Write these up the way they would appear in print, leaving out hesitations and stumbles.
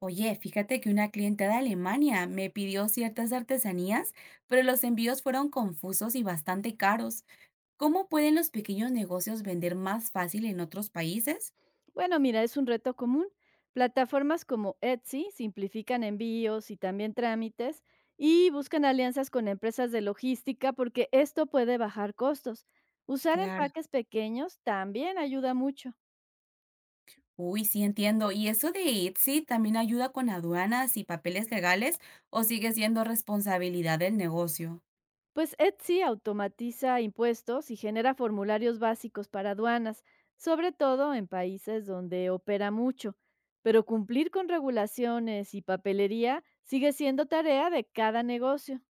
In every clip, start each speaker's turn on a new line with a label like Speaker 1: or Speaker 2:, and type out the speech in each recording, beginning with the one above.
Speaker 1: Oye, fíjate que una clienta de Alemania me pidió ciertas artesanías, pero los envíos fueron confusos y bastante caros. ¿Cómo pueden los pequeños negocios vender más fácil en otros países?
Speaker 2: Bueno, mira, es un reto común. Plataformas como Etsy simplifican envíos y también trámites y buscan alianzas con empresas de logística porque esto puede bajar costos. Usar
Speaker 1: Claro.
Speaker 2: empaques pequeños también ayuda mucho.
Speaker 1: Uy, sí entiendo. ¿Y eso de Etsy también ayuda con aduanas y papeles legales o sigue siendo responsabilidad del negocio?
Speaker 2: Pues Etsy automatiza impuestos y genera formularios básicos para aduanas, sobre todo en países donde opera mucho. Pero cumplir con regulaciones y papelería sigue siendo tarea de cada negocio.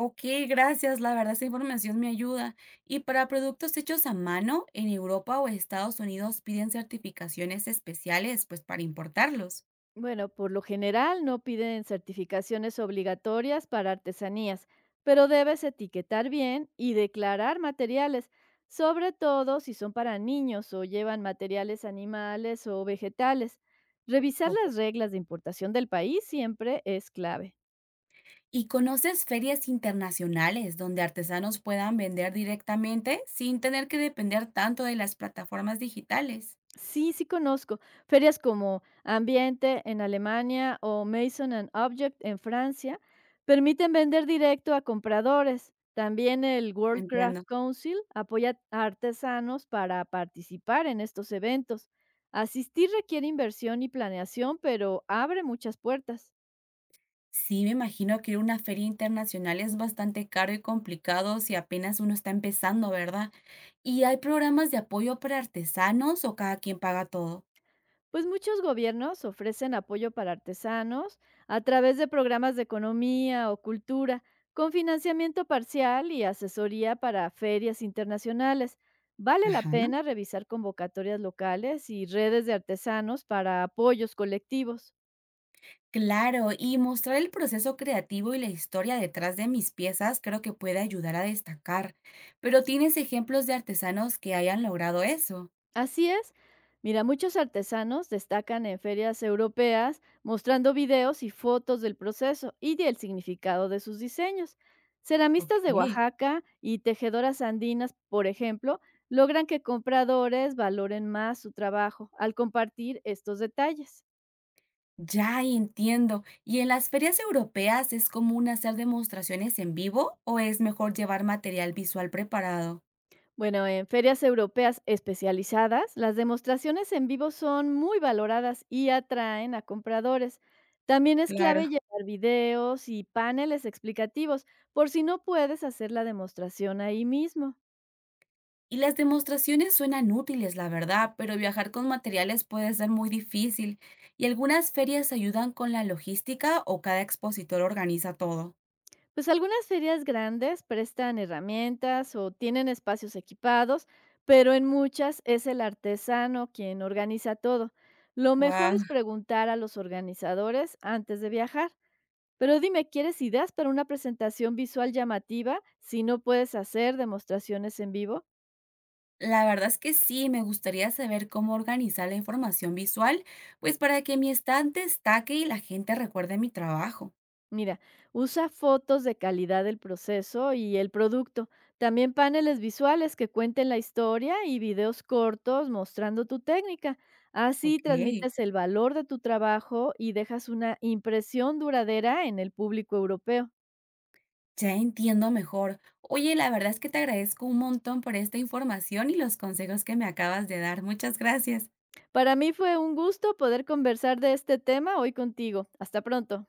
Speaker 1: Ok, gracias. La verdad, esa información me ayuda. Y para productos hechos a mano, ¿en Europa o Estados Unidos piden certificaciones especiales, pues, para importarlos?
Speaker 2: Bueno, por lo general no piden certificaciones obligatorias para artesanías, pero debes etiquetar bien y declarar materiales, sobre todo si son para niños o llevan materiales animales o vegetales. Revisar
Speaker 1: Okey.
Speaker 2: las reglas de importación del país siempre es clave.
Speaker 1: ¿Y conoces ferias internacionales donde artesanos puedan vender directamente sin tener que depender tanto de las plataformas digitales?
Speaker 2: Sí, sí conozco. Ferias como Ambiente en Alemania o Mason and Object en Francia permiten vender directo a compradores. También el World Craft
Speaker 1: Entiendo.
Speaker 2: Council apoya a artesanos para participar en estos eventos. Asistir requiere inversión y planeación, pero abre muchas puertas.
Speaker 1: Sí, me imagino que ir a una feria internacional es bastante caro y complicado si apenas uno está empezando, ¿verdad? ¿Y hay programas de apoyo para artesanos o cada quien paga todo?
Speaker 2: Pues muchos gobiernos ofrecen apoyo para artesanos a través de programas de economía o cultura, con financiamiento parcial y asesoría para ferias internacionales. Vale la
Speaker 1: Ajá.
Speaker 2: pena revisar convocatorias locales y redes de artesanos para apoyos colectivos.
Speaker 1: Claro, y mostrar el proceso creativo y la historia detrás de mis piezas creo que puede ayudar a destacar. Pero ¿tienes ejemplos de artesanos que hayan logrado eso?
Speaker 2: Así es. Mira, muchos artesanos destacan en ferias europeas mostrando videos y fotos del proceso y del significado de sus diseños.
Speaker 1: Ok,
Speaker 2: Ceramistas de Oaxaca y tejedoras andinas, por ejemplo, logran que compradores valoren más su trabajo al compartir estos detalles.
Speaker 1: ya entiendo. ¿Y en las ferias europeas es común hacer demostraciones en vivo o es mejor llevar material visual preparado?
Speaker 2: Bueno, en ferias europeas especializadas, las demostraciones en vivo son muy valoradas y atraen a compradores. También es
Speaker 1: Claro.
Speaker 2: clave llevar videos y paneles explicativos por si no puedes hacer la demostración ahí mismo.
Speaker 1: Y las demostraciones suenan útiles, la verdad, pero viajar con materiales puede ser muy difícil. ¿Y algunas ferias ayudan con la logística o cada expositor organiza todo?
Speaker 2: Pues algunas ferias grandes prestan herramientas o tienen espacios equipados, pero en muchas es el artesano quien organiza todo. Lo mejor
Speaker 1: Wow,
Speaker 2: es preguntar a los organizadores antes de viajar. Pero dime, ¿quieres ideas para una presentación visual llamativa si no puedes hacer demostraciones en vivo?
Speaker 1: la verdad es que sí, me gustaría saber cómo organizar la información visual, pues, para que mi estante destaque y la gente recuerde mi trabajo.
Speaker 2: Mira, usa fotos de calidad del proceso y el producto. También paneles visuales que cuenten la historia y videos cortos mostrando tu técnica.
Speaker 1: Ok,
Speaker 2: Así transmites el valor de tu trabajo y dejas una impresión duradera en el público europeo.
Speaker 1: ya entiendo mejor. Oye, la verdad es que te agradezco un montón por esta información y los consejos que me acabas de dar. Muchas gracias.
Speaker 2: Para mí fue un gusto poder conversar de este tema hoy contigo. Hasta pronto.